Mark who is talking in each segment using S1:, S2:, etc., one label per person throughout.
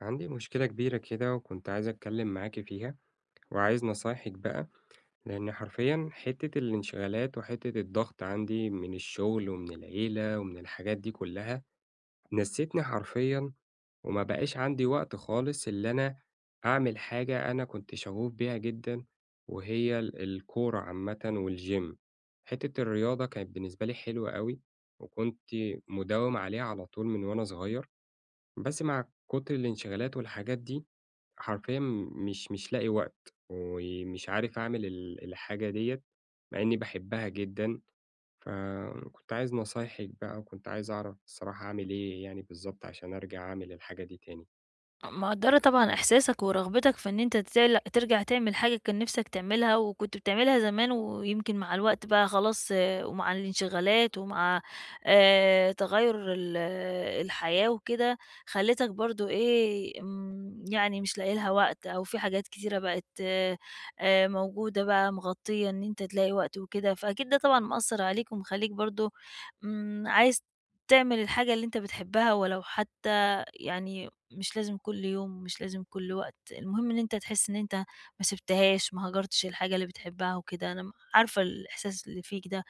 S1: عندي مشكلة كبيرة كده وكنت عايز أتكلم معاكِ فيها، وعايز نصايحِك بقى، لإن حرفيًا حتة الانشغالات وحتة الضغط عندي من الشغل ومن العيلة ومن الحاجات دي كلها، نسيتني حرفيًا وما بقاش عندي وقت خالص اللي أنا أعمل حاجة أنا كنت شغوف بيها جدًا، وهي الكورة عامةً والgym. حتة الرياضة كانت بالنسبة لي حلوة أوي، وكنت مداوم عليها على طول من وأنا صغير. بس مع كتر الانشغالات والحاجات دي، حرفيًا مش لاقي وقت، ومش عارف أعمل الحاجة ديّة، مع إني باحبها جدًا، فكنت عايز نصايحِك بقى، وكنت عايز أعرف الصراحة أعمل إيه يعني بالضبط عشان أرجع أعمل الحاجة دي تاني؟
S2: مقدّرة طبعًا إحساسك ورغبتك في إن أنت ترجع تعمل حاجة كان نِفْسك تعملها، وكنت بتعملها زمان، ويمكن مع الوقت بقى خلاص ومع الانشغالات، ومع تغيُّر ال آه، الحياة وكده، خلّتك برضه إيه، يعني مش لاقي لها وقت، أو في حاجات كتيرة بقت موجودة بقى مغطّية إن أنت تلاقي وقت وكده، فأكيد ده طبعًا مأثّر عليك ومخلّيك برضه عايز تعمل الحاجة اللي أنت بتحبها، ولو حتى يعني مش لازم كل يوم ومش لازم كل وقت، المهم إن أنت تحس إن أنت ما سِبتهاش، ما هاجرتش الحاجة اللي بتحبها وكده، أنا عارفة الإحساس اللي فيك ده،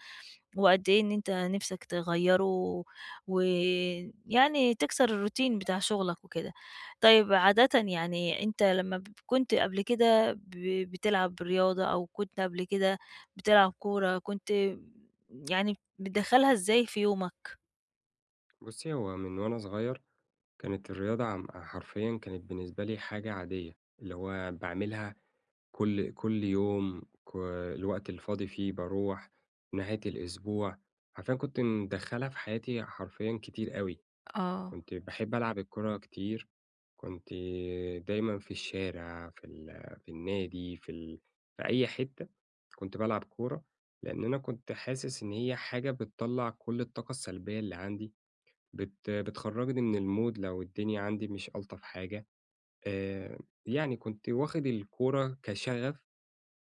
S2: وقد إيه إن أنت نِفْسك تغيّره، ويعني تكسر الروتين بتاع شغلك وكده. طيب عادةً يعني أنت لمّا كنت قبل كده بتلعب رياضة، أو كنت قبل كده بتلعب كورة، كنت يعني بتدخّلها إزاي في يومك؟
S1: بُصّي، هو من وأنا صغير كانت الرياضة حرفيًا كانت بالنسبة لي حاجة عادية، اللي هو باعملها كل يوم الوقت الفاضي فيه باروح، نهاية الأسبوع، حرفيًا كنت مدخّلها في حياتي حرفيًا كتير أوي،
S2: آه.
S1: كنت باحب ألعب الكورة كتير، كنت دايمًا في الشارع، في النادي، في أي حتة كنت بالعب كورة، لإن أنا كنت حاسس إن هي حاجة بتطلّع كل الطاقة السلبية اللي عندي، بتخرّجني من الmood لو الدنيا عندي مش ألطف حاجة، آآ، يعني كنت واخد الكورة كشغف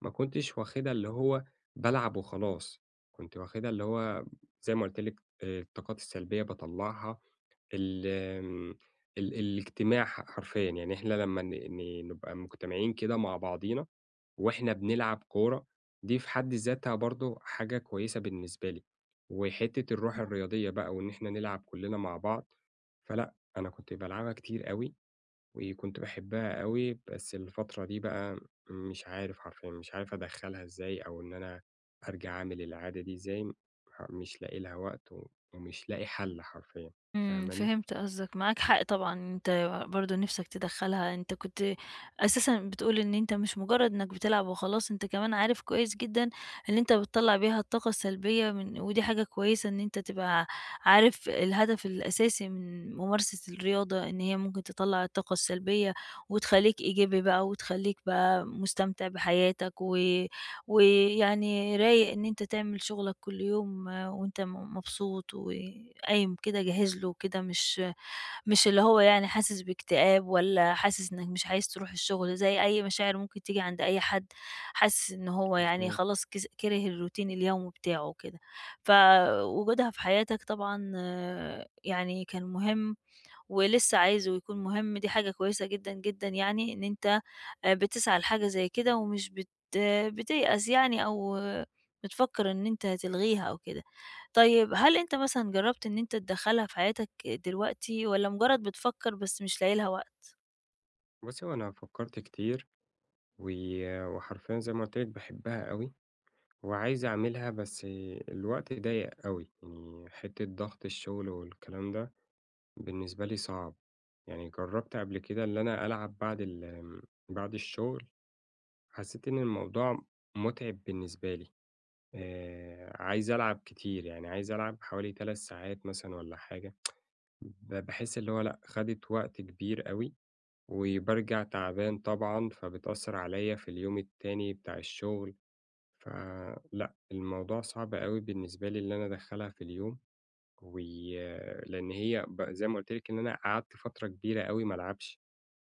S1: ما كنتش واخدها اللي هو بالعب وخلاص، كنت واخدها اللي هو زي ما قُلت لِك الطاقات السلبية باطلّعها، ال آمم ال الاجتماع حرفيًا، يعني إحنا لمّا ن ن نبقى مجتمعين كده مع بعضينا وإحنا بنلعب كورة، دي في حد ذاتها برضه حاجة كويسة بالنسبة لي، وحتّة الروح الرياضية بقى وإن إحنا نلعب كُلّنا مع بعض، فلأ، أنا كنت بالعبها كتير أوي. وكنت باحبها أوي، بس الفترة دي بقى مش عارف حرفيًا، مش عارف أدخّلها إزاي أو إن أنا أرجع أعمل العادة دي إزاي، مش لاقي لها وقت و ومش لاقي حَل حرفيًا، فاهماني؟
S2: فهمت قصدك، معاك حق طبعًا، أنت برضه نِفْسك تدخّلها، أنت كنت أساسًا بتقول إن أنت مش مجرّد إنّك بتلعب وخلاص، أنت كمان عارف كويس جدًا إن أنت بتطلّع بيها الطاقة السلبية، من ودي حاجة كويسة إن أنت تبقى عارف الهدف الأساسي من ممارسة الرياضة، إن هي ممكن تطلّع الطاقة السلبية، وتخلّيك إيجابي بقى، وتخلّيك بقى مستمتع بحياتك، ويعني رايق إن أنت تعمل شغلك كل يوم وأنت مبسوط وقايم كده جاهز له كده، مش اللي هو يعني حاسس باكتئاب، ولا حاسس إنك مش عايز تروح الشغل، زي أي مشاعر ممكن تيجي عند أي حد حاسس إن هو يعني
S1: مضبوط.
S2: خلاص كِرِه الروتين اليومي بتاعه وكده. فوجودها في حياتك طبعًا يعني كان مهم، ولسه عايزه يكون مهم، دي حاجة كويسة جدًا، جدًا يعني إن أنت بتسعى لحاجة زي كده، ومش بت آه، بتيأس يعني أو بتفكّر إن أنت تلغيها أو كده. طيب هل أنت مثلًا جرّبت إن أنت تدخّلها في حياتك دلوقتي، والّا مجرّد بتفكّر بس مش لاقي لها وقت؟
S1: بُصّي، هو أنا فكّرت كتير و وحرفيًا زي ما قُلت لِك باحبها أوي وعايز أعملها، بس الوقت ضيّق أوي، يعني حتّة ضغط الشغل والكلام ده بالنسبة لي صعب، يعني جرّبت قبل كده اللي أنا ألعب بعد الشغل حسيت إن الموضوع مُتعِب بالنسبة لي، عايز ألعب كتير، يعني عايز ألعب حوالي 3 ساعات مثلًا والّا حاجة، باحس اللي هو لأ، خدِت وقت كبير أوي، وبارجع تعبان طبعًا، فبتأثّر عليَّ في اليوم التاني بتاع الشغل، فلأ، الموضوع صعب أوي بالنسبة لي اللي أنا أدخّلها في اليوم، وي لإن هي زي ما قُلت لِك إن أنا قعدت فترة كبيرة أوي ما ألعبش،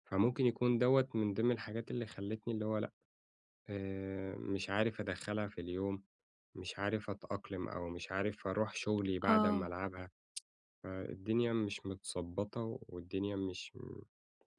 S1: فممكن يكون دوّة من ضمن الحاجات اللي خلّتني اللي هو مش عارف أدخّلها في اليوم، مش عارف أتأقلم أو مش عارف أروح شغلي بعد أمّا
S2: آه.
S1: ألعبها، فالدنيا مش متضبّطة والدنيا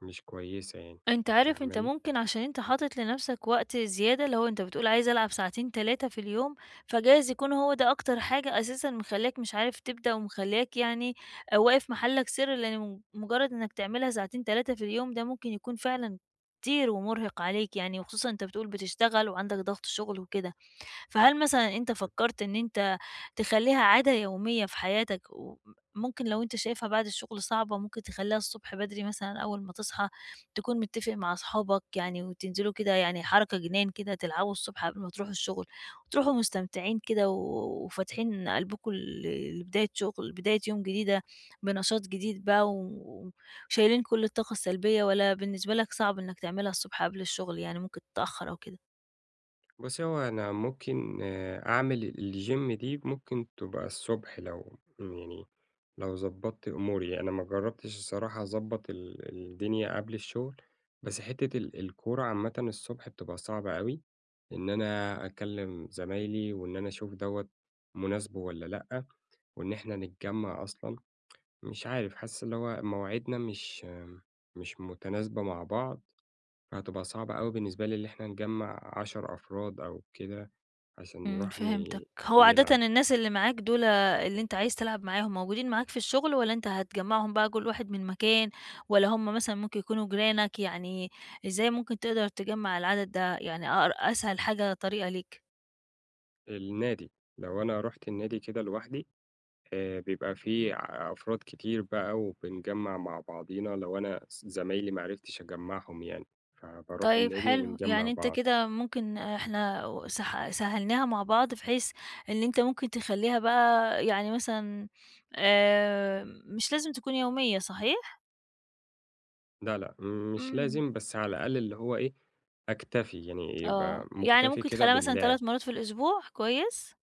S1: مش كويسة يعني،
S2: أنت عارف، أنت
S1: فاهماني؟
S2: ممكن عشان أنت حاطط لنفسك وقت زيادة، اللي هو أنت بتقول عايز ألعب ساعتين 3 في اليوم، فجايز يكون هو ده أكتر حاجة أساسًا مخلّياك مش عارف تبدأ، ومخلّياك يعني واقف محلك سر، لإن مجرد إنك تعملها ساعتين 3 في اليوم ده ممكن يكون فعلًا كتير ومرهق عليك يعني، وخصوصًا أنت بتقول بتشتغل وعندك ضغط شغل وكده. فهل مثلًا أنت فكرت إن أنت تخلّيها عادة يومية في حياتك، وممكن لو أنت شايفها بعد الشغل صعبة ممكن تخلّيها الصبح بدري مثلًا أول ما تصحى، تكون متّفق مع أصحابك يعني وتنزلوا كده يعني حركة جنان كده تلعبوا الصبح قبل ما تروحوا الشغل، وتروحوا مستمتعين كده وفاتحين قلبكم لبداية شغل بداية يوم جديدة بنشاط جديد بقى وشايلين كل الطاقة السلبية، والّا بالنسبة لك صعب إنك تعملها الصبح قبل الشغل، يعني ممكن تتأخر أو كده؟
S1: بُصّي، هو أنا ممكن أعمل الgym دي ممكن تبقى الصبح لو يعني لو ضبّطت أموري، أنا ما جرّبتش الصراحة أضبّط الدنيا قبل الشغل، بس حتّة الكورة عامةً الصبح بتبقى صعبة أوي، إن أنا أكلّم زمايلي وإن أنا أشوف دوّة مناسبة والّا لأ، وإن إحنا نتجمّع أصلًا، مش عارف حاسس اللي هو مواعيدنا مش متناسبة مع بعض، فهتبقى صعبة أوي بالنسبة لي اللي إحنا نجمّع 10 أفراد أو كده. عشان
S2: إمم،
S1: نروح
S2: فهمتك. هو عادةً
S1: نلعب.
S2: الناس اللي معاك دُول اللي أنت عايز تلعب معاهم موجودين معاك في الشغل، والّا أنت هتجمّعهم بقى كل واحد من مكان، والّا هم مثلًا ممكن يكونوا جيرانك؟ يعني إزاي ممكن تقدر تجمّع العدد ده؟ يعني أسهل حاجة طريقة ليك.
S1: النادي، لو أنا رُحت النادي كده لوحدي بيبقى فيه أفراد كتير بقى وبنجمّع مع بعضينا، لو أنا زمايلي ما عرفتش أجمّعهم يعني، فباروح
S2: طيب
S1: النادي
S2: حلو،
S1: ونجمّع
S2: يعني أنت
S1: بعض.
S2: كده ممكن إحنا و سح سهّلناها مع بعض، بحيث إن أنت ممكن تخلّيها بقى يعني مثلًا آآ، مش لازم تكون يومية صحيح؟
S1: لا، لأ، مش
S2: إمم،
S1: لازم، بس على الأقل اللي هو إيه، أكتفي، يعني
S2: آه،
S1: يبقى
S2: يعني
S1: مُكتفي
S2: ممكن
S1: كده
S2: تخلّيها مثلًا
S1: باللعب.
S2: 3 مرات في الأسبوع، كويس؟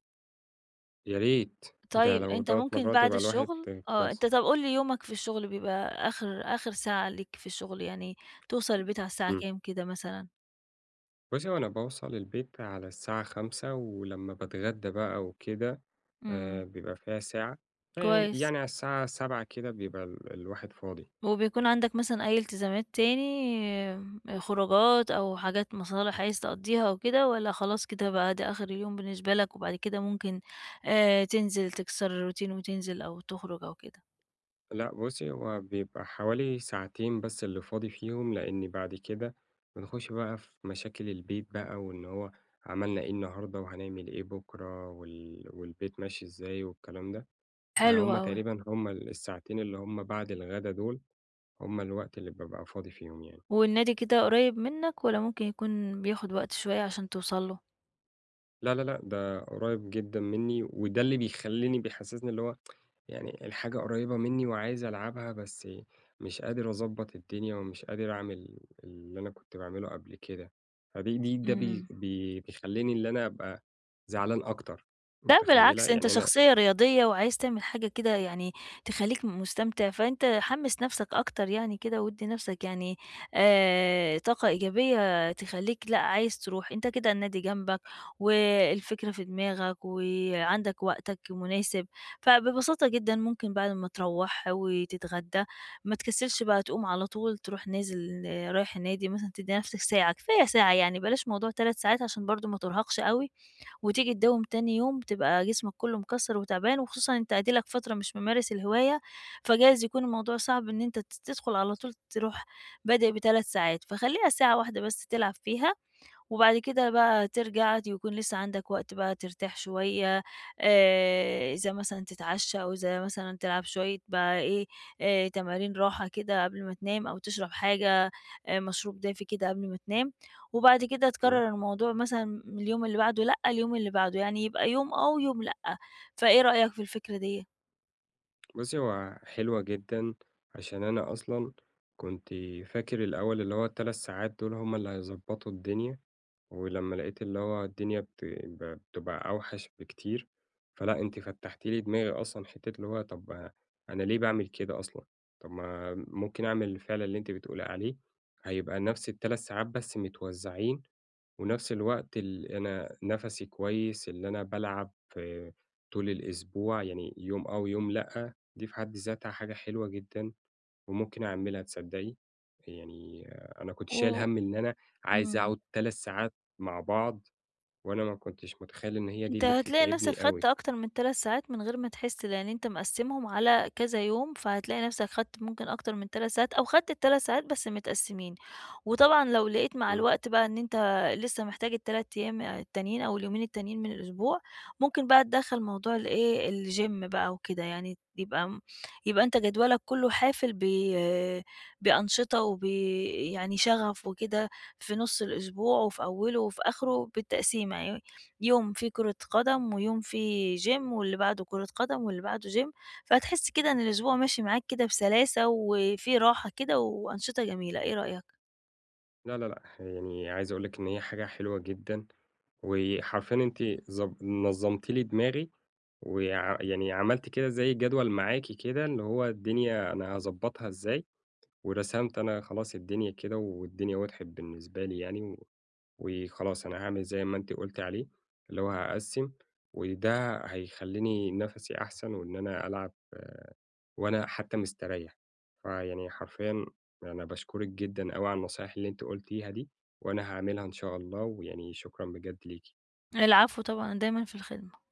S1: يا ريت، ده
S2: طيب
S1: لو
S2: أنت
S1: 3
S2: ممكن
S1: مرات
S2: بعد
S1: يبقى الواحد
S2: الشغل
S1: كويس.
S2: أنت طَب قُل لي يومك في الشغل بيبقى آخر آخر ساعة ليك في الشغل، يعني توصل البيت على الساعة
S1: إمم.
S2: كام كده مثلًا؟
S1: بُصّي، هو أنا باوصل البيت على الساعة 17:00 ولمّا باتغدى بقى وكده
S2: إمم،
S1: بيبقى فيها ساعة، فيعني
S2: كويس.
S1: يعني على الساعة 19:00 كده بيبقى الواحد فاضي.
S2: وبيكون عندك مثلًا أي التزامات تاني، خروجات أو حاجات مصالح عايز تقضّيها أو كده، والّا خلاص كده بقى ده آخر اليوم بالنسبة لك، وبعد كده ممكن تنزل تكسر الروتين وتنزل أو تخرج أو كده؟
S1: لأ بُصّي، هو بيبقى حوالي ساعتين بس اللي فاضي فيهم، لإن بعد كده بنخش بقى في مشاكل البيت بقى، وإن هو عملنا إيه النهارده وهنعمل إيه بُكرة والبيت ماشي إزاي والكلام ده.
S2: حلو
S1: فهُم
S2: أوي.
S1: تقريبًا هُم الساعتين اللي هُم بعد الغدا دول، هُم الوقت اللي بابقى فاضي فيهم يعني.
S2: والنادي كده قريب منك، والّا ممكن يكون بياخد وقت شوية عشان توصل له؟
S1: لا، لا، لأ، ده قريب جدًا منّي، وده اللي بيخلّيني بيحسّسني اللي هو يعني الحاجة قريّبة منّي وعايز ألعبها، بس مش قادر أضبّط الدنيا ومش قادر أعمل اللي أنا كنت باعمله قبل كده، فدي دي ده بي
S2: إمم.
S1: بي بيخلّيني اللي أنا أبقى زعلان أكتر،
S2: لأ
S1: متخيّلة؟
S2: بالعكس، أنت
S1: يعني أنا
S2: شخصية رياضية وعايز تعمل حاجة كده يعني تخلّيك مستمتع، فأنت حمّس نَفْسك أكتر يعني كده، وادّي نَفْسك يعني طاقة إيجابية تخلّيك لأ عايز تروح، أنت كده النادي جنبك، والفكرة في دماغك، وعندك وقتك مناسب، فببساطة جدًا ممكن بعد ما تروّح وتتغدى ما تكسّلش بقى تقوم على طول تروح نازل رايح النادي مثلًا، تدّي نَفْسك ساعة، كفاية ساعة يعني بلاش موضوع 3 ساعات عشان برضه ما ترهقش أوي. وتيجي تداوم تاني يوم بتبقى جسمك كله مكسر وتعبان، وخصوصًا أنت أديلك فترة مش ممارس الهواية، فجايز يكون الموضوع صعب إن أنت تدخل على طول تروح بادئ ب3 ساعات، فخلّيها ساعة واحدة بس تلعب فيها، وبعد كده بقى ترجع يكون لسه عندك وقت بقى ترتاح شوية، إذا مثلًا تتعشى أو إذا مثلًا تلعب شوية بقى إيه، تمارين راحة كده قبل ما تنام، أو تشرب حاجة مشروب دافي كده قبل ما تنام، وبعد كده
S1: إمم،
S2: تكرر الموضوع مثلًا اليوم اللي بعده لأ، اليوم اللي بعده، يعني يبقى يوم آه ويوم لأ، فإيه رأيك في الفكرة ديّة؟
S1: بُصّي هو حلوة جدًا، عشان أنا أصلًا كنت فاكر الأول اللي هو ال3 ساعات دول هُم اللي هيضبّطوا الدنيا. ولمّا لقيت اللي هو الدنيا بت ب بتبقى أوحش بكتير، فلأ أنتِ فتّحتِ لي دماغي أصلًا حتّة اللي هو طب أنا ليه باعمل كده أصلًا؟ طب ما ممكن أعمل الفعل اللي أنتِ بتقولي عليه، هيبقى نفس ال3 ساعات بس متوزّعين، ونفس الوقت أنا نَفَسي كويس، اللي أنا بالعب طول الأسبوع، يعني يوم آه ويوم لأ، دي في حد ذاتها حاجة حلوة جدًا. وممكن أعملها تصدّقي، يعني أنا كنت شايل
S2: و
S1: هَم إن أنا عايز
S2: إمم.
S1: أقعد 3 ساعات مع بعض، وأنا ما كنتش متخيّل إن هي دي
S2: أنت
S1: اللي
S2: هتلاقي نفسك
S1: بتتعبني
S2: خدت
S1: أوي،
S2: أكتر من 3 ساعات من غير ما تحس، لأن أنت مقسّمهم على كذا يوم، فهتلاقي نفسك خدت ممكن أكتر من 3 ساعات، أو خدت ال3 ساعات بس متقسّمين. وطبعًا لو لقيت مع
S1: إمم،
S2: الوقت بقى إن أنت لسه محتاج ال3 أيام التانيين أو اليومين التانيين من الأسبوع، ممكن بقى تدخّل موضوع الgym بقى وكده، يعني يبقى يبقى أنت جدولك كُلّه حافل بأنشطة وب يعني شغف وكده في نُص الأسبوع وفي أوّله وفي آخره بالتقسيمة. يوم فيه كرة قدم، ويوم فيه gym، واللي بعده كرة قدم، واللي بعده gym، فهتحس كده إن الأسبوع ماشي معاك كده بسلاسة، وفيه راحة كده وأنشطة جميلة، إيه رأيك؟
S1: لا، لا، لأ، يعني عايز أقول لِك إن هي حاجة حلوة جدًا، وحرفيًا أنتِ نظّمتِ لي دماغي، يعني عملتِ كده زي جدول معاكِ كده، اللي هو الدنيا أنا هاضبّطها إزاي، ورسمت أنا خلاص الدنيا كده، والدنيا وضحت بالنسبة لي يعني و وخلاص أنا هاعمل زي ما أنتِ قُلتِ عليه، اللي هو هاقسّم، وده هيخلّيني نَفَسي أحسن وإن أنا ألعب وأنا حتى مستريّح. فيعني حرفيًا أنا باشكرِك جدًا أوي على النصايح اللي أنتِ قُلتيها دي، وأنا هاعملها إن شاء الله، ويعني شكرًا بجد ليكِ.
S2: العفو طبعًا، أنا دايمًا في الخدمة.